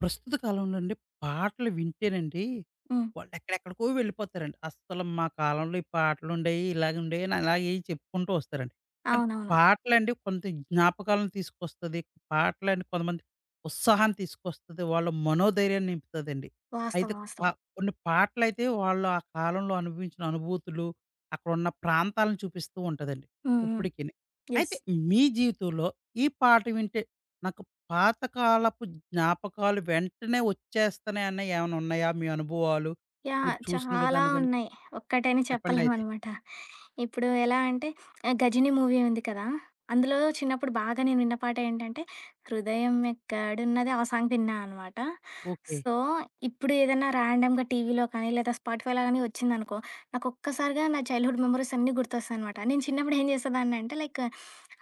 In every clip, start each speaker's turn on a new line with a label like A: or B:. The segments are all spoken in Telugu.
A: ప్రస్తుత కాలంలో అండి పాటలు వింటేనండి
B: హ్మ్.
A: వాళ్ళు ఎక్కడెక్కడికో వెళ్ళిపోతారండి. అస్సలు మా కాలంలో ఈ పాటలుండేయి, ఇలాగుండేయి అని అలాగే చెప్పుకుంటూ వస్తారండి. కానీ
B: అవునవును.
A: పాటలండి కొంత జ్ఞాపకాలను తీసుకొస్తది. పాటలండి కొంతమంది ఉత్సాహాన్ని తీసుకొస్తది. వాళ్ళ మనోధైర్యాన్ని నింపుతదండి. అయితే
B: వాస్తవం.
A: ప
B: వాస్తవం.
A: కొన్ని పాటలైతే వాళ్ళు ఆ కాలంలో అనుభవించిన అనుభూతులు, అక్కడున్న ప్రాంతాలను చూపిస్తూ ఉంటదండి
B: హ్మ్. హ్మ్.
A: ఇప్పటికిని.
B: యెస్.
A: అయితే మీ జీవితంలో ఈ పాట వింటే నాకు పాతకాలపు జ్ఞాపకాలు వెంటనే వచ్చేస్తున్నాయి అన్నయి ఏమైనా ఉన్నాయా? మీ అనుభవాలు,
B: యాహ్!
A: మీరు చూసిన
B: చాలా
A: విధానం గాని?
B: ఉన్నాయి. ఒక్కటని
A: చెప్పండయితే.
B: చెప్పలేమనమాట. ఇప్పుడు ఎలా అంటే 'గజిని' మూవీ ఉంది కదా! అందులో చిన్నప్పుడు బాగా నేను విన్న పాట ఏంటంటే, 'హృదయం ఎక్కడున్నది' ఆ సాంగ్ విన్నా అనమాట.
A: ఓకే.
B: సో, ఇప్పుడు ఏదైనా ర్యాండమ్‌గా టీవీలో కానీ, లేదా స్పాటిఫైలో గానీ వచ్చిందనుకో, నాకు ఒక్కసారిగా నా చైల్డ్‌హుడ్ మెమోరీస్ అన్నీ గుర్తొస్తాయనమాట. నేను చిన్నప్పుడు ఏం చేసేదాన్నంటే లైక్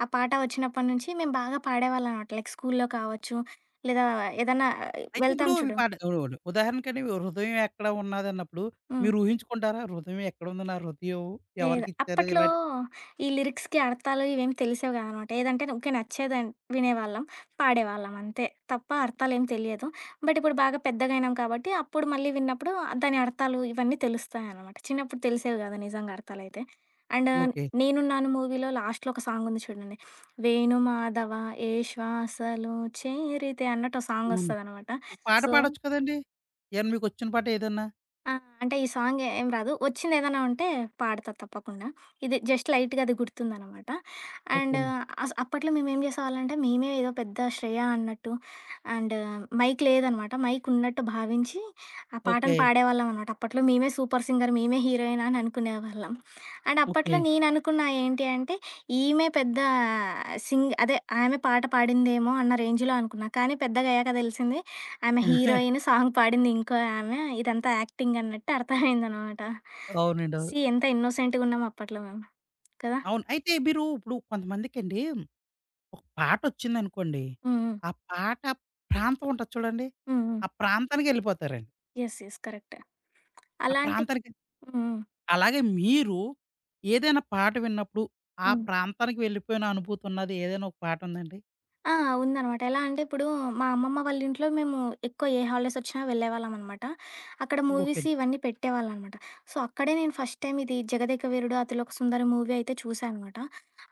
B: ఆ పాట వచ్చినప్పటి నుంచి మేము బాగా పాడేవాళ్ళం అనమాట. లైక్ స్కూల్లో కావచ్చు, లేదా ఏదన్నా
A: అయితే
B: వెళ్తాం
A: ఇప్పుడు ఇవి
B: చూడు.
A: పాట అవునవును. ఉదాహరణకని హృదయం ఎక్కడ ఉన్నదన్నప్పుడు
B: హ్మ్.
A: మీరు ఊహించుకుంటారా? హృదయం ఎక్కడుంది? నా హృదయం
B: లేదు.
A: ఎవరికిచ్చారు?
B: అప్పట్లో
A: ఇలాంటి
B: ఈ లిరిక్స్‌కి అర్థాలు ఇవేమి తెలిసేవి కాదనమాట. ఏదంటే ఊకే నచ్చేదని వినేవాళ్ళం, పాడేవాళ్ళం అంతే. తప్ప అర్థాలేం తెలియదు. బట్ ఇప్పుడు బాగా పెద్దగయినాం కాబట్టి అప్పుడు మళ్ళీ విన్నప్పుడు దాని అర్థాలు ఇవన్నీ తెలుస్తాయనమాట. చిన్నప్పుడు తెలిసేవి కాదు నిజంగా అర్థాలైతే. And
A: okay.
B: 'నేనున్నాను' మూవీలో లాస్ట్‌లో ఒక సాంగుంది చూడండి. వేణుమాధవ ఏ శ్వాసలో చేరితే అన్నట్టు ఓ
A: అవును.
B: సాంగొస్తదనమాట.
A: ఒక పాట
B: సో
A: పాడొచ్చు కదండీ! ఏమన్నా మీకొచ్చిన పాట ఏదన్నా?
B: ఆ! అంటే ఈ సాంగ్ ఏం రాదు. వచ్చిందేదైనా ఉంటే పాడతా తప్పకుండా. ఇది జస్ట్ లైట్‌గా అది గుర్తుందనమాట.
A: ఓకే
B: అండ్
A: అండి.
B: అప్పట్లో మేమేం చేసేవాళ్ళంటే, మేమే ఏదో పెద్ద శ్రేయ అన్నట్టు అండ్ మైక్ లేదనమాట. మైక్ ఉన్నట్టు భావించి ఆ పాటను
A: ఓకే.
B: పాడేవాళ్ళమనమాట. అప్పట్లో మేమే సూపర్ సింగర్, మేమే హీరోయిన్ అని అనుకునేవాళ్ళం. And
A: okay.
B: అప్పట్లో నేననుకున్న ఏంటి అంటే, ఈమె పెద్ద సింగ్ అదే ఆమె పాట పాడిందేమో అన్న రేంజ్‌లో అనుకున్నా. కానీ పెద్దగయ్యాక తెలిసింది ఆమె హీరోయిన్. సాంగ్ పాడింది ఇంకో ఆమె. ఇదంతా యాక్టింగ్ అన్నట్టు అర్థమైందనమాట.
A: అవునండి. అవును.
B: సీ ఎంత ఇన్నోసెంట్‌గా ఉన్నాం అప్పట్లో మేము. కదా!
A: అవును. అయితే మీరు ఇప్పుడు కొంతమందికండి ఒక పాటొచ్చిందనుకోండి.
B: హ్మ్. హ్మ్.
A: ఆ పాట ప్రాంతం ఉంటది చూడండి.
B: హ్మ్. హ్మ్.
A: ఆ ప్రాంతానికెళ్ళిపోతారండి.
B: యెస్. యెస్. కరెక్ట్.
A: ఆ
B: అలాంటి
A: ప్రాంతానికి
B: హ్మ్. హ్మ్.
A: అలాగే మీరు ఏదైనా పాట విన్నప్పుడు, ఆ
B: హ్మ్.
A: ప్రాంతానికి వెళ్ళిపోయిన అనుభూతి ఉన్నది ఏదైనా ఒక పాట ఉందండి?
B: ఆ! ఉందనమాట. ఎలా అంటే ఇప్పుడు మా అమ్మమ్మ వాళ్ళ ఇంట్లో మేము ఎక్కువ ఏ హాలిడేస్ వచ్చినా వెళ్ళేవాళ్ళమనమాట. అక్కడ
A: ఓకే.
B: మూవీస్ ఇవన్నీ పెట్టేవాళ్ళనమాట. సో, అక్కడే నేను ఫస్ట్ టైమ్ ఇది 'జగదేక వీరుడు అతిలోక సుందరి' మూవీ అయితే చూసా అనమాట.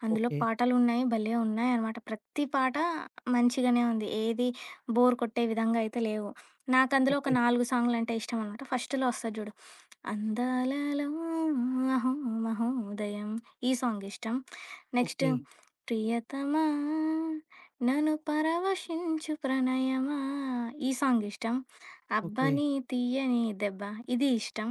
B: అందులో
A: ఓకే.
B: పాటలున్నాయి. భలే ఉన్నాయనమాట. ప్రతి పాట మంచిగానే ఉంది. ఏది బోర్ కొట్టే విధంగా అయితే లేవు. నాకందులో ఒక
A: ఓకే.
B: 4 సాంగులంటే ఇష్టమనమాట. ఫస్ట్‌లో వస్తది చూడు. 'అందాలలో అహో మహోదయం' ఈ సాంగ్ ఇష్టం. Next
A: okay.
B: 'ప్రియతమా' నన్ను పరవశించు ప్రణయమా ఈ సాంగ్ ఇష్టం.
A: ఓకే.
B: 'అబ్బని తీయని దెబ్బ' ఇది ఇష్టం.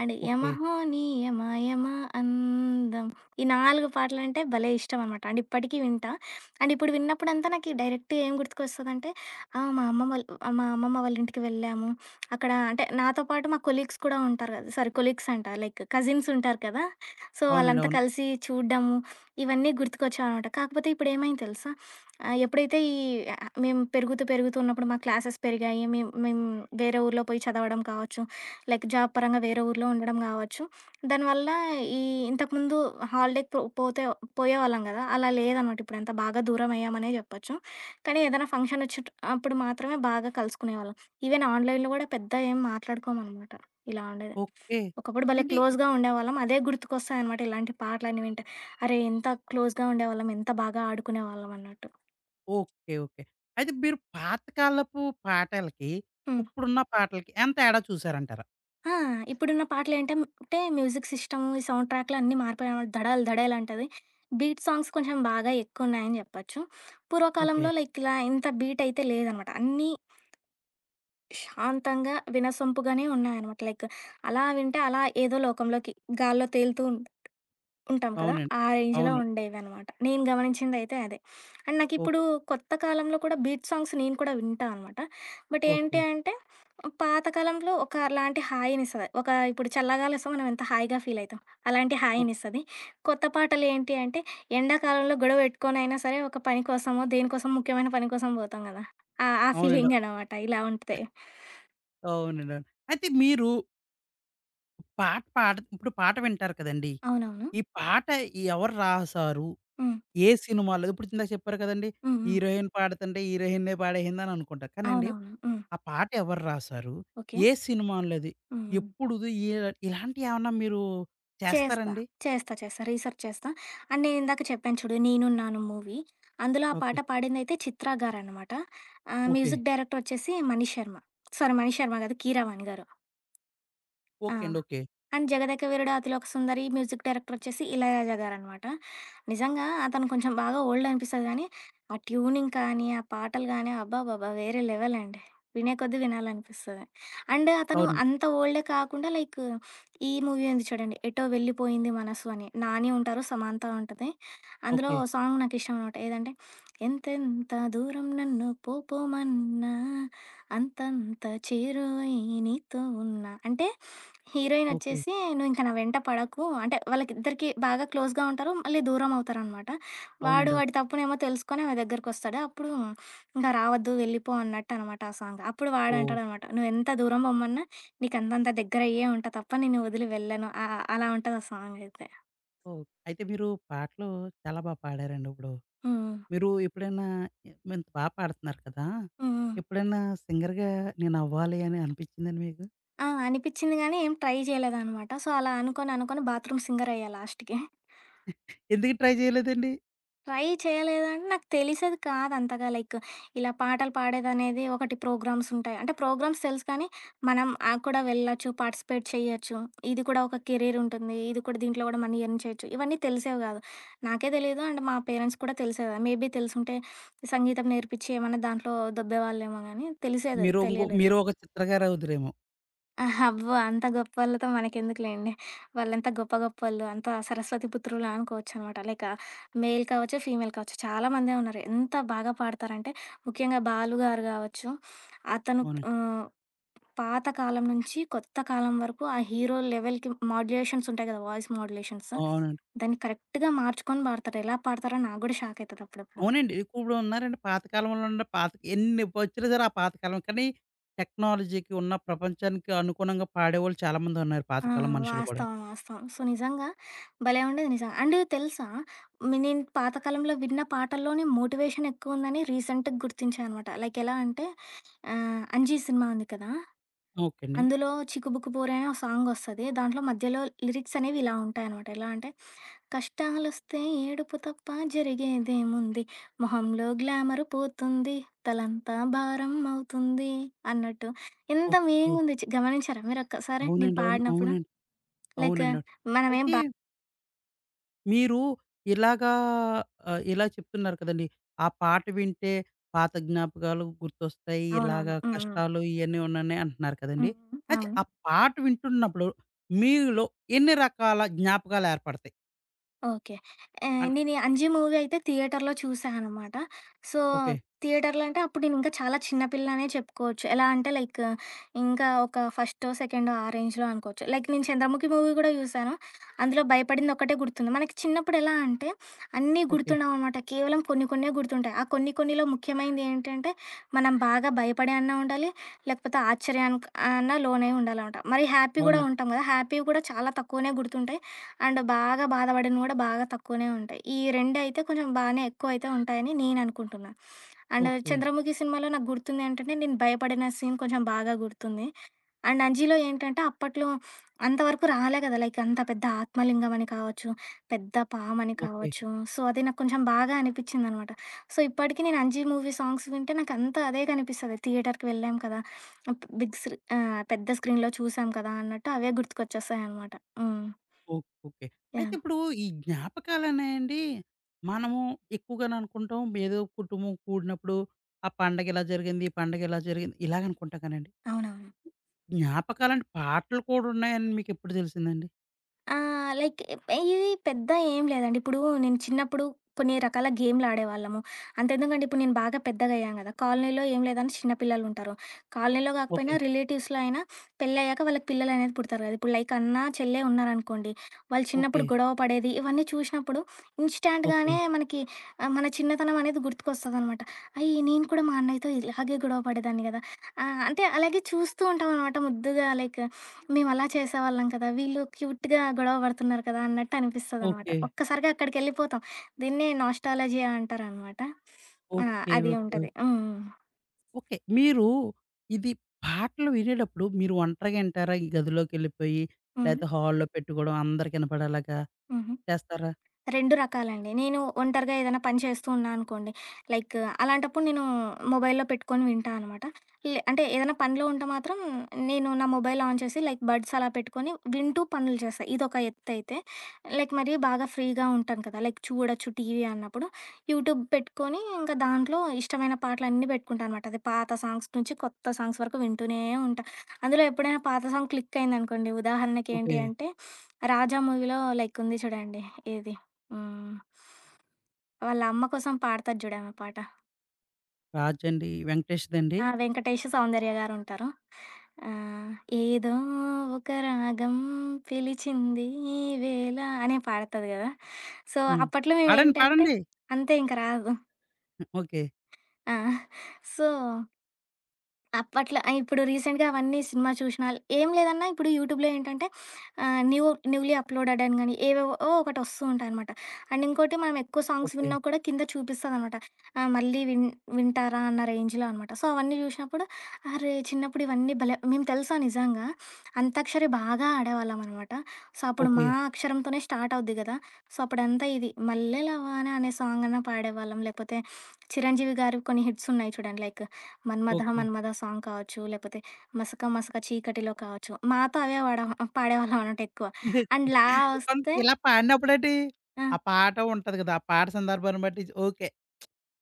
B: And
A: okay.
B: 'యమహో నీ యమ యమ అందం' ఈ 4 పాటలంటే భలే ఇష్టం అనమాట. అండ్ ఇప్పటికీ వింటా. అండ్ ఇప్పుడు విన్నప్పుడంతా నాకు డైరెక్ట్‌గా ఏం గుర్తుకొస్తదంటే, ఆ! మా అమ్మమ్మ వాళ్ళ ఇంటికి వెళ్ళాము. అక్కడ అంటే నాతో పాటు మా కొలీగ్స్ కూడా ఉంటారు కదా! సారీ కొలీగ్స్ అంట లైక్ కజిన్స్ ఉంటారు కదా! సో,
A: అవునండి.
B: వాళ్ళంతా
A: అవును.
B: కలిసి చూడ్డము, ఇవన్నీ గుర్తుకొచ్చావనమాట. కాకపోతే ఇప్పుడేమైంది తెలుసా? ఆ! ఎప్పుడైతే మేము పెరుగుతూ పెరుగుతూ ఉన్నప్పుడు మా క్లాసెస్ పెరిగాయి. మేము వేరే ఊర్లో పోయి చదవడం కావచ్చు, లైక్ జాబ్ పరంగా వేరే ఊర్లో ఉండడం కావచ్చు. దానివల్ల ఈ ఇంతకుముందు హాలిడేకి పో పోతే పోయేవాళ్ళం కదా! అలా లేదనమాట. ఇప్పుడంతా బాగా దూరం అయ్యామనే చెప్పొచ్చు. కానీ ఏదైనా ఫంక్షన్ అప్పుడు మాత్రమే బాగా కలుసుకునేవాళ్ళం. ఈవెన్ ఆన్‌లైన్‌లో కూడా పెద్ద ఏం మాట్లాడుకోమనమాట. ఇలా ఉండేది.
A: ఓకే.
B: ఒకప్పుడు భలే
A: అంటే
B: క్లోజ్‌గా ఉండేవాళ్ళం. అదే గుర్తుకొస్తాయనమాట ఇలాంటి పాటలన్నీ వింటే. అరే! ఎంత క్లోజ్‌గా ఉండేవాళ్ళం, ఎంత బాగా ఆడుకునేవాళ్ళం అన్నట్టు.
A: ఓకే. ఓకే. అయితే మీరు పాతకాలపు పాటలకి,
B: హ్మ్.
A: ఇప్పుడున్న పాటలకి ఎంత తేడా చూసారంటారా?
B: ఆ! ఇప్పుడున్న పాటలేంటే అంటే మ్యూజిక్ సిస్టమ్, ఈ సౌండ్ ట్రాక్‌లు అన్నీ మారిపోయాయనమాట. దడాల్ దడాల్ అంటది. బీట్ సాంగ్స్ కొంచెం బాగా ఎక్కువున్నాయని జెప్పొచ్చు.
A: ఓకే.
B: పూర్వకాలంలో లైక్ ఇలా ఇంత బీట్ అయితే లేదనమాట. అన్నీ శాంతంగా, వినసొంపుగానే ఉన్నాయనమాట. లైక్ అలా వింటే అలా ఏదో లోకంలోకి గాల్లో తేలుతూ ఉంటాం కదా!
A: అవునండి.
B: ఆ రేంజ్‌లో
A: అవును.
B: ఉండేవనమాట. నేను గమనించిందైతే అదే. And
A: oh!
B: నాకిప్పుడు కొత్త కాలంలో కూడా బీట్ సాంగ్స్ నేను కూడా వింటా అనమాట. బట్ ఏంటి
A: ఓకే.
B: అంటే, పాత కాలంలో ఒకలాంటి హాయినిస్తది. ఒక ఇప్పుడు చల్లగాలొస్తే మనం ఎంత హాయిగా ఫీలయితాం, అలాంటి
A: ఓహ్!
B: హాయినిస్తది. కొత్త పాటలేంటి అంటే, ఎండాకాలంలో గొడవ పెట్టుకొనైనా సరే ఒక పని కోసమో, దేనికోసం ముఖ్యమైన పని కోసం పోతాం కదా! ఆ! ఆ
A: అవునండి.
B: ఫీలింగ్ అనమాట. ఇలా ఉంటది.
A: అవునండి. అవును. అయితే మీరు పాట పాడ ఇప్పుడు పాట వింటారు కదండీ!
B: అవునవును.
A: ఈ పాట ఎవరు రాసారు?
B: హ్మ్.
A: ఏ సినిమాలో ఇప్పుడు ఇందాక చెప్పారు కదండీ!
B: హ్మ్. హ్మ్.
A: హీరోయిన్ పాడుతుంటే హీరోయినే పాడేసిందని అనుకుంటారు. కానండి
B: అవునవును. హ్మ్.
A: ఆ పాట ఎవరు రాసారు?
B: ఓకే.
A: ఏ సినిమాలోది?
B: హ్మ్.
A: ఎప్పుడుది? ఏ ఇలాంటియేమన్నా మీరు
B: చేస్తా.
A: చేస్తారండి?
B: చేస్తా. చేస్తా. రీసెర్చ్ చేస్తా. అండ్ నేనిందాక చెప్పాను చూడు 'నేనున్నాను' మూవీ. అందులో ఆ పాట
A: ఓకే.
B: పాడిందయితే చిత్ర గారనమాట.
A: ఓకే.
B: మ్యూజిక్ డైరెక్టర్ వచ్చేసి మణి శర్మ. సారీ మణి శర్మ గాదు కీరవాణి గారు. ఆ!
A: ఓకే అండి. Okay.
B: And 'Jagadeka Veerudu Athiloka Sundari' music director వచ్చేసి ఇళయరాజా గారనమాట. నిజంగా అతను కొంచెం బాగా ఓల్డ్ అనిపిస్తది గానీ, ఆ ట్యూనింగ్ కానీ, ఆ పాటలు గానీ అబ్బబ్బబ్బా! వేరే లెవెల్ అండి. వినే కొద్దీ వినాలనిపిస్తది. అండ్ అతను
A: అవునండి.
B: అంత ఓల్డే కాకుండా లైక్ ఈ మూవీ ఉంది చూడండి 'ఎటో వెళ్ళిపోయింది మనసు' అని. నాని ఉంటారు, సమాంత ఉంటది. అందులో
A: ఓకే.
B: సాంగ్ నాకిష్టం అనమాట. ఏదంటే ఎంతెంత దూరం నన్ను పోపోమన్నా అంతంత చేరువై నీతో ఉన్నా. అంటే హీరోయిన్
A: ఓకే.
B: వచ్చేసి నువ్వు ఇంక నా వెంట పడకు అంటే వాళ్ళకిద్దరికీ బాగా క్లోజ్‌గా ఉంటారు. మళ్ళీ దూరం అవుతారనమాట. వాడు
A: అవునండి. అవును.
B: వాడి తప్పునేమో తెలుసుకొని ఆమె దగ్గరకొస్తాడు. అప్పుడు ఇంకా రావద్దు వెళ్ళిపో అన్నట్టనమాట ఆ సాంగ్. అప్పుడు
A: ఓహ్!
B: వాడంటాడనమాట నువ్వెంత దూరం పొమ్మన్నా నీకంతంత దగ్గరయ్యే ఉంటా తప్ప నిన్ను వదిలి వెళ్ళను. అ అ అలా ఉంటది ఆ సాంగ్ అయితే.
A: ఓహ్! అయితే మీరు పాటలు చాలా బా పాడారండి ఇప్పుడు.
B: హ్మ్.
A: మీరు ఎప్పుడైనా ఎ ఇంత బా పాడుతున్నారు కదా!
B: హ్మ్. హ్మ్.
A: ఎప్పుడైనా సింగర్‌గా నేనవ్వాలి అని అనిపిచ్చిందండి మీకు?
B: ఆ! అనిపిచ్చింది గానీ ఏం ట్రై చేయలేదనమాట. సో, అలా అనుకోని అనుకోని బాత్రూమ్ సింగర్ అయ్యా లాస్ట్‌కి.
A: ఎందుకు ట్రై చేయలేదండి?
B: ట్రై చేయలేదంటే నాకు తెలిసేది కాదు అంతగా. లైక్ ఇలా పాటలు పాడేదనేది ఒకటి ప్రోగ్రామ్స్ ఉంటాయి. అంటే ప్రోగ్రామ్స్ తెలుసు కానీ, మనం ఆ కూడా వెళ్ళొచ్చు, పార్టిసిపేట్ చేయొచ్చు. ఇది కూడా ఒక కెరీర్ ఉంటుంది. ఇది కూడా దీంట్లో కూడా మనీ ఎర్న్ చేయొచ్చు. ఇవన్నీ తెలిసేవి కాదు. నాకే తెలీదు అండ్ మా పేరెంట్స్ కూడా తెలిసేది కాదు. మేబీ తెలుసుంటే సంగీతం నేర్పించి ఏమన్నా దాంట్లో దొబ్బేవాళ్ళేమో గానీ తెలిసేది తెలియలేదు.
A: మీరు ఒక చిత్రగారవుదురేమో!
B: అహా! అబ్బో! అంత గొప్పోళ్ళతో మనకెందుకులేండి. వాళ్ళంతా గొప్ప గొప్పోళ్ళు. అంతా సరస్వతి పుత్రులు అనుకోవచ్చనమాట. లైక్ మేల్ కావచ్చు, ఫీమేల్ కావచ్చు. చాలా మందే ఉన్నారు. ఎంత బాగా పాడతారంటే, ముఖ్యంగా 'బాలు' గారు గావచ్చు, అతను
A: అవునండి.
B: ఆహ్, పాత కాలం నుంచి కొత్త కాలం వరకు ఆ హీరో లెవెల్‌కి మాడ్యులేషన్స్ ఉంటాయి కదా! Voice modulations.
A: అవునండి.
B: దాన్ని కరెక్ట్‌గా మార్చుకొని పాడతారు. ఎలా పాడతారో నాకు గూడా షాకయితది అప్పుడప్పుడు.
A: అవునండి. ఇప్పుడు ఉన్నారండి పాత కాలంలో ఉన్న పాత ఎన్ని వచ్చినా సరే ఆ పాతకాలం కానీ టెక్నాలజీకి ఉన్న ప్రపంచానికి అనుగుణంగా పాడేవాళ్ళు చాలామంది ఉన్నారు
B: ఆ!
A: పాతకాలం మనుషులు కూడా.
B: వాస్తవం. వాస్తవం. సో, నిజంగా భలే ఉండేది నిజంగా. అండ్ తెలుసా? నేను పాతకాలంలో విన్న పాటల్లోనే మోటివేషన్ ఎక్కువుందని రీసెంట్‌గా గుర్తించా అనమాట. లైక్ ఎలా అంటే 'అంజీ' సినిమా ఉంది కదా!
A: ఓకే అండి.
B: అందులో 'చిక్కుబుక్కు పోరే' అని ఒక సాంగ్ వస్తది. దాంట్లో మధ్యలో లిరిక్స్ అనేవి ఇలా ఉంటాయనమాట. ఎలా అంటే కష్టాలొస్తే ఏడుపు తప్ప జరిగేదేముంది? మొహంలో గ్లామర్ పోతుంది. తలంతా భారం అవుతుంది అన్నట్టు. ఎంత
A: ఓకే.
B: మీనింగ్ ఉంది. గమనించారా మీరొక్కసారి నేను
A: అవునండి. అవును.
B: పాడినప్పుడు?
A: అవునండి.
B: లైక్
A: అవునండి. అవును.
B: మనమేం
A: అయితే
B: బా
A: మీరు ఇలాగా ఇలా చెప్తున్నారు కదండీ! ఆ పాట వింటే పాత జ్ఞాపకాలు గుర్తొస్తాయి.
B: అవునవును.
A: ఇలాగా
B: హ్మ్. హ్మ్.
A: కష్టాలు ఇయన్నీ ఉన్నాయి అంటున్నారు కదండీ!
B: హ్మ్.
A: అయితే
B: అవును.
A: ఆ పాట వింటున్నప్పుడు మీలో ఎన్ని రకాల జ్ఞాపకాలు ఏర్పడతాయి?
B: ఓకే.
A: అన్
B: నేను 'అంజి' మూవీ అయితే థియేటర్‌లో చూసా అనమాట. So,
A: okay.
B: థియేటర్‌లో అంటే అప్పుడు నేనింకా చాలా చిన్న పిల్ల అనే చెప్పుకోవచ్చు. ఎలా అంటే లైక్ ఇంకా ఒక ఫస్టో, సెకండో ఆ రేంజ్‌లో అనుకోవచ్చు. లైక్ నేను 'చంద్రముఖి' మూవీ కూడా చూసాను. అందులో భయపడింది ఒక్కటే గుర్తుంది. మనకి చిన్నప్పుడు ఎలా అంటే అన్నీ
A: ఓకే.
B: గుర్తుండవనమాట. కేవలం కొన్ని కొన్నే గుర్తుంటాయి. ఆ కొన్ని కొన్నిలో ముఖ్యమైనది ఏంటంటే మనం బాగా భయపడి అన్నా ఉండాలి, లేకపోతే ఆశ్చర్యానికి అన్నా లోనై ఉండాలనమాట. మరి హ్యాపీ గూడా
A: అవునండి.
B: ఉంటాం గదా! హ్యాపీ గూడా చాలా తక్కువనే గుర్తుంటాయి. అండ్ బాగా బాధపడినవి గూడా బాగా తక్కువనే ఉంటాయి. ఈ రెండయితే కొంచెం బానే ఎక్కువైతే ఉంటాయని నేననుకుంటున్నా. And
A: okay.
B: 'చంద్రముఖి' సినిమాలో నాకు గుర్తుంది ఏంటంటే, నేను భయపడిన సీన్ కొంచెం బాగా గుర్తుంది. అండ్ 'అంజీ'లో ఏంటంటే, అప్పట్లో అంతవరకు రాలే కదా! లైక్ అంత పెద్ద ఆత్మలింగం అని కావచ్చు, పెద్ద పామని
A: ఓకే.
B: కావచ్చు. సో, అది నాకు కొంచెం బాగా అనిపిచ్చిందనమాట. సో, ఇప్పటికి నేను 'అంజీ' మూవీ సాంగ్స్ వింటే నాకంతా అదే కనిపిస్తది. థియేటర్‌కి వెళ్ళాం కదా! పెద్ద స్క్రీన్‌లో చూసాం కదా! అన్నట్టు అవే గుర్తుకొచ్చేస్తాయనమాట. హ్మ్.
A: ఓకే. ఓకే. అయితే
B: యాహ్!
A: ఇప్పుడు ఈ జ్ఞాపకాలనేయండి మనము ఎక్కువగానే అనుకుంటాం. ఏదో కుటుంబం కూడినప్పుడు ఆ పండగ ఇలా జరిగింది, ఈ పండగ ఇలా జరిగింది ఇలాగ అనుకుంటాం కానండి.
B: అవునవును.
A: జ్ఞాపకాలంటే పాటలు కూడా ఉన్నాయని మీకెప్పుడు తెలిసిందండి?
B: లైక్ ఇవి పెద్ద ఏం లేదండి. ఇప్పుడు నేను చిన్నప్పుడు కొన్ని రకాల గేమ్‌లాడేవాళ్ళము. అంతెందుకండి ఇప్పుడు నేను బాగా పెద్దగయ్యాను గదా! కాలనీలో ఏం లేదని చిన్న పిల్లలుంటారు. కాలనీలో కాకపోయినా
A: ఓకే.
B: రిలేటివ్స్‌లో అయినా పెళ్ళయ్యాక వాళ్ళకి పిల్లలనేది పుడతారు గదా! ఇప్పుడు లైక్ అన్న, చెల్లె ఉన్నారనుకోండి. వాళ్ళు
A: ఓకే.
B: చిన్నప్పుడు గొడవ పడేది ఇవన్నీ చూసినప్పుడు
A: ఓకే.
B: ఇన్‌స్టాంట్‌గానే మనకి మన చిన్నతనం అనేది గుర్తుకొస్తదనమాట. అయ్యి! నేను కూడా మా అన్నయ్యతో ఇలాగే గొడవ పడేదాన్ని గదా! అంటే అలాగే చూస్తూ ఉంటామనమాట ముద్దుగా లైక్ మేమలా చేసేవాళ్ళం కదా! వీళ్ళు క్యూట్‌గా గొడవ పడుతున్నారు కదా! అన్నట్టు అనిపిస్తదనమాట.
A: ఓకే.
B: ఒక్కసారిగా అక్కడికెళ్ళిపోతాం. దీన్నే నాస్టాలజియా అంటారనమాట. ఆ!
A: ఓకే.
B: అది
A: ఓకే.
B: ఉంటది. హ్మ్.
A: ఓకే. మీరు ఇది పాటలు వినేటప్పుడు మీరు ఒంటరిగా వింటారా? ఈ గదిలోకెళ్ళిపోయి
B: హ్మ్. హ్మ్.
A: లేతే హాల్‌లో పెట్టుకోవడం అందరికి వినపడేలాగా
B: హుహు.
A: చేస్తారా?
B: 2 రకాలండి. నేను ఒంటరిగా ఏదైనా పని చేస్తూ ఉన్నా అనుకోండి, లైక్ అలాంటప్పుడు నేను మొబైల్‌లో పెట్టుకొని వింటా అనమాట. లే అంటే ఏదైనా పనిలో ఉంటే మాత్రం నేను నా మొబైల్ ఆన్ చేసి లైక్ బడ్స్ అలా పెట్టుకొని వింటూ పనులు చేస్తా. ఇదొక ఎత్తయితే. లైక్ మరీ బాగా ఫ్రీగా ఉంటాను కదా! లైక్ చూడొచ్చు టీవీ అన్నప్పుడు యూట్యూబ్ పెట్టుకొని ఇంకా దాంట్లో ఇష్టమైన పాటలన్నీ పెట్టుకుంటా అనమాట. అది పాత సాంగ్స్ నుంచి కొత్త సాంగ్స్ వరకు వింటూనే ఉంటా. అందులో ఎప్పుడైనా పాత సాంగ్ క్లిక్ అయిందనుకోండి
A: ఓకే.
B: ఉదాహరణకేంటి అంటే 'రాజా' మూవీలో లైక్ ఉంది చూడండి ఏది ఆ! వాళ్ళ అమ్మ కోసం పాడతది జూడామె పాట.
A: రాజండి, వెంకటేష్‌దండి?
B: ఆ! వెంకటేష్, సౌందర్య గారుంటారు. ఆహ్, ఏదో ఒక రాగం పిలిచింది ఈవేళ అనే పాడతది గదా! సో,
A: హ్మ్.
B: అప్పట్లో
A: పాడండి,
B: మేమేంటంటే
A: పాడండి.
B: అంతే ఇంక రాదు.
A: ఓకే.
B: ఆ! సో అప్పట్లో ఇప్పుడు రీసెంట్‌గా అవన్నీ సినిమా చూషినాల్ ఏం లేదన్నా ఇప్పుడు యూట్యూబ్‌లో ఏంటంటే ఆహ్, న్యూ న్యూలీ అప్‌లోడెడ్ అని గాని, ఏవేవో ఒకటి వస్తూ ఉంటాయనమాట. అండ్ ఇంకోటి మనం ఎక్కువ సాంగ్స్
A: ఓకే.
B: విన్నా కూడా కింద చూపిస్తదనమాట. మళ్ళీ వింటారా అన్న రేంజ్‌లో అనమాట. సో, అవన్నీ చూషినప్పుడు అరే! చిన్నప్పుడు ఇవన్నీ భలే మేము తెలుసా నిజంగా అంతాక్షరి బాగా ఆడేవాళ్ళమనమాట. సో, అప్పుడు మా
A: ఓకే.
B: అక్షరంతోనే స్టార్ట్ అవుద్ది గదా! సో, అప్పుడంతా ఇది మల్లెల వాన అనే సాంగ్ అన్నా పాడేవాళ్ళం. లేకపోతే చిరంజీవి గారివి కొన్ని హిట్స్ ఉన్నాయి చూడండి like Manmadha
A: okay.
B: Manmadha song కావచ్చు, లేపోతే మసక మసక చీకటిలో కావచ్చు. మాతో అవే పాడేవాళ్ళం అనమాట ఎక్కువ. అండ్ లా వస్తే
A: ఇలా పాడినప్పుడేటి
B: ఆ!
A: ఆ పాట ఉంటది కదా! ఆ పాట సందర్భాన్ని బట్టి ఓకే.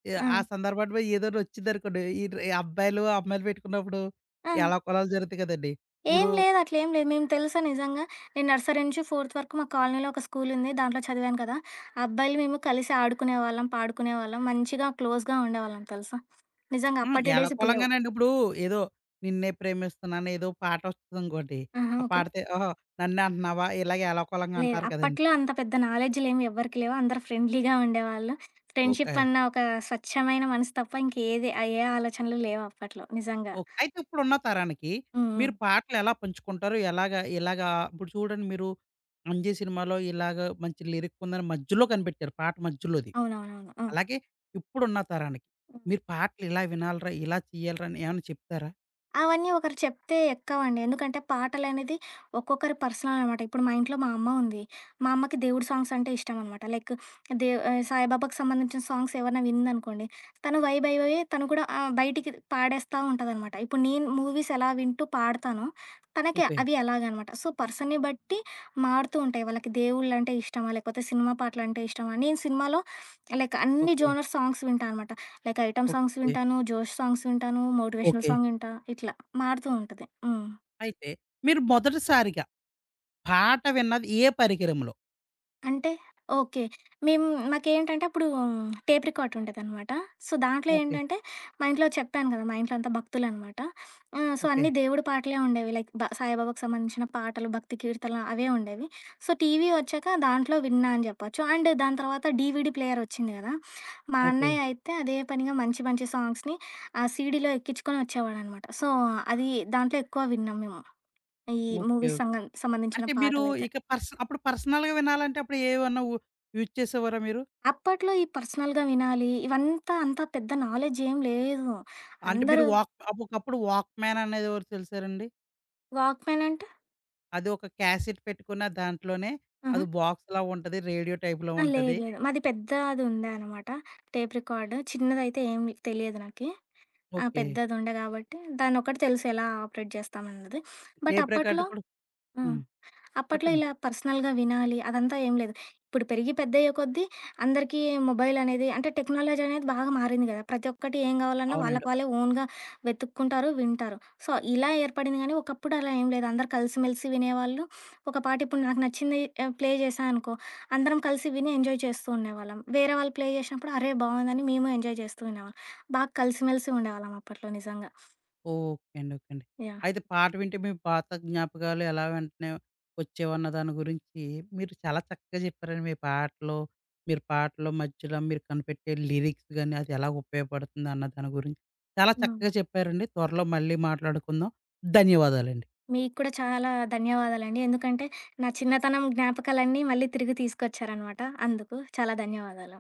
B: ఆ!
A: ఆ సందర్భంలో ఏదైనా వచ్చిందనుకోండి, ఈ అబ్బాయిలు, అమ్మాయిలు పెట్టుకున్నప్పుడు
B: ఆ!
A: ఎలాకొలాలు జరుగుతాయి కదండీ!
B: ఏం
A: ఇప్పుడు
B: లేదు అట్లేం లేదు. మేము తెలుసా నిజంగా నేను నర్సరీ నుంచి ఫోర్త్ వరకు మా కాలనీలో ఒక స్కూలుంది. దాంట్లో చదివాను కదా! ఆ అబ్బాయిలు మేము కలిసి ఆడుకునేవాళ్ళం, పాడుకునేవాళ్ళం. మంచిగా క్లోజ్‌గా ఉండేవాళ్ళం తెలుసా! నిజంగా
A: హ్మ్.
B: అప్పటి డేస్ ఇప్పుడు లేవు.
A: ఎలాకొలంగానండి ఇప్పుడు ఏదో నిన్నే ప్రేమిస్తున్నాను ఏదో పాట వస్తదనుకోండి.
B: ఆహా!
A: ఆ
B: ఓకే.
A: పాడితే "ఓహో! నన్నే అంటున్నావా?" ఇలాగ ఎలాకోలంగా
B: లేదు.
A: అంటారు కదండీ!
B: అప్పట్లో అంత పెద్ద నాలెడ్జ్‌లేమి ఎవ్వరికీ లేవు. అందరూ ఫ్రెండ్లీగా ఉండేవాళ్ళు.
A: ఓకే.
B: ఫ్రెండ్‌షిప్ అన్న ఒక స్వచ్ఛమైన మనసు తప్ప ఇంకేది ఆ ఏ ఆలోచనలు లేవు అప్పట్లో నిజంగా.
A: ఓకే. అయితే ఇప్పుడున్న తరానికి
B: హ్మ్. హ్మ్.
A: మీరు పాటలు ఎలా పంచుకుంటారు? ఎలాగా ఇలాగా ఇప్పుడు చూడండి మీరు 'అంజి' సినిమాలో ఇలాగ మంచి లిరిక్ ఉందని మధ్యలో కనిపెట్టారు. పాట మధ్యలోది.
B: అవునవునవును. హ్మ్.
A: అలాగే ఇప్పుడున్న తరానికి
B: హ్మ్.
A: మీరు పాటలు ఇలా వినాలిరా, ఇలా చేయాలిరా అని ఏమైనా చెప్తారా?
B: అవన్నీ ఒకరు చెప్తే ఎక్కవండి. ఎందుకంటే పాటలనేది ఒక్కొక్కరి పర్సనల్ అనమాట. ఇప్పుడు మా ఇంట్లో మా అమ్మ ఉంది. మా అమ్మకి దేవుడి సాంగ్స్ అంటే ఇష్టమనమాట. లైక్ సాయిబాబాకి సంబంధించిన సాంగ్స్ ఏవన్నా వినిందనుకోండి, తను వైబ్ అయిపోయి తను కూడా బయటికి పాడేస్తా ఉంటదనమాట. ఇప్పుడు నేను మూవీస్ ఎలా వింటూ పాడతానో, తనకి
A: ఓకే.
B: అవి అలాగనమాట. సో, పర్సన్‌ని బట్టి మారుతూ ఉంటాయి. వాళ్ళకి దేవుళ్ళంటే ఇష్టమా, లేకపోతే సినిమా పాటలంటే ఇష్టమా. నేను సినిమాలో లైక్ అన్ని
A: ఓకే.
B: జోనర్ సాంగ్స్ వింటా అనమాట. Like item songs
A: okay.
B: వింటాను, జోష్ సాంగ్స్ వింటాను, మోటివేషనల్
A: ఓకే.
B: సాంగ్ వింటా. ఇట్లా మారుతూ ఉంటది. హ్మ్.
A: అయితే మీరు మొదటిసారిగా పాట విన్నది ఏ పరికరంలో?
B: అంటే ఓకే. మేము మాకేంటంటే అప్పుడు టేప్ రికార్డ్ ఉంటదనమాట. సో, దాంట్లో
A: ఓకే.
B: ఏంటంటే మా ఇంట్లో చెప్పాను కదా! మా ఇంట్లో అంతా భక్తులనమాట. So,
A: okay.
B: అన్నీ దేవుడి పాటలే ఉండేవి. లైక్ సాయిబాబాకు సంబంధించిన పాటలు, భక్తి కీర్తనలు అవే ఉండేవి. సో, టీవీ వచ్చాక దాంట్లో విన్నా అని చెప్పొచ్చు. అండ్ దాని తర్వాత డీవీడీ ప్లేయర్ వచ్చింది కదా! మా
A: ఓకే.
B: అన్నయ్య అయితే అదే పనిగా మంచి మంచి సాంగ్స్‌ని ఆ సీడీలో ఎక్కించుకొని వచ్చేవాడనమాట. సో, అది దాంట్లో ఎక్కువ విన్నాం మేము. ఈ
A: ఓకే. ఓకే.
B: మూవీస్ సంగం సంబంధించిన
A: అంటే మీరు
B: పాటలైతే.
A: ఇక పర్స్ అప్పుడు పర్సనల్‌గా వినాలంటే అప్పుడు ఏమన్నా యూజ్ చేసేవారా మీరు?
B: అప్పట్లో ఈ పర్సనల్‌గా వినాలి, ఇవంతా అంత పెద్ద నాలెడ్జేం లేదు.
A: అంటే
B: అందరూ
A: మీరు వాక్ అప్ ఒకప్పుడు వాక్‌మ్యాన్ అనేది ఒకటి తెలుసారండి?
B: వాక్‌మ్యాన్ అంటే
A: అది ఒక క్యాసెట్ పెట్టుకున్న దాంట్లోనే
B: ఆహా!
A: అది బాక్స్‌లా ఉంటది. రేడియో టైప్‌లో
B: ఆ! లేదు.
A: ఉంటది.
B: లేదు. మాది పెద్దదుండే అనమాట. Tape record. చిన్నదైతే ఏమి తెలియదు నాకి. ఆ!
A: ఓకే.
B: పెద్దదుండే గాబట్టి దాన్నొక్కటి తెలుసు ఎలా ఆపరేట్ జేస్తామన్నది. బట్
A: టేప్ రికార్డ్
B: అప్పట్లో
A: కూడా
B: హ్మ్.
A: హ్మ్.
B: అప్పట్లో
A: చెప్పండి.
B: ఇలా పర్సనల్‌గా వినాలి అదంతా ఏం లేదు. ఇప్పుడు పెరిగి పెద్దయ్యే కొద్దీ అందరికీ మొబైల్ అనేది అంటే టెక్నాలజీ అనేది బాగా మారింది కదా! ప్రతి ఒక్కటి ఏం కావాలన్నా వాళ్ళకి
A: అవునండి.
B: వాళ్ళే ఓన్‌గా వెతుక్కుంటారు, వింటారు. సో, ఇలా ఏర్పడింది కానీ ఒకప్పుడు అలా ఏం లేదు. అందరూ కలిసిమెలిసి వినేవాళ్ళు. ఒక పాట ఇప్పుడు నాకు నచ్చింది ప్లే చేశా అనుకో, అందరం కలిసి విని ఎంజాయ్ చేస్తూ ఉండేవాళ్ళం. వేరే వాళ్ళు ప్లే చేసినప్పుడు అరే! బావుందని మేము ఎంజాయ్ చేస్తూ ఉండేవాళ్ళం. బాగా కలిసిమెలిసి ఉండేవాళ్ళం అప్పట్లో నిజంగా.
A: ఓకే అండి. ఓకే అండి.
B: యాహ్!
A: అయితే పాట వింటే మీ పాత జ్ఞాపకాలు ఎలా వెంటనే వచ్చేవన్న దాని గురించి మీరు చాలా చక్కగా చెప్పారండి. మీ పాటలో, మీరు పాటలో మధ్యలో మీరు కనిపెట్టే లిరిక్స్ గాని, అది ఎలా ఉపయోగపడుతుంది అన్న దాని గురించి చాలా
B: హ్మ్.
A: చక్కగా చెప్పారండి. త్వరలో మళ్ళీ మాట్లాడుకుందాం. ధన్యవాదాలండి.
B: మీకు కూడా చాలా ధన్యవాదాలండి. ఎందుకంటే, నా చిన్నతనం జ్ఞాపకాలన్నీ మళ్ళీ తిరిగి తీసుకొచ్చారనమాట. అందుకు చాలా ధన్యవాదాలు.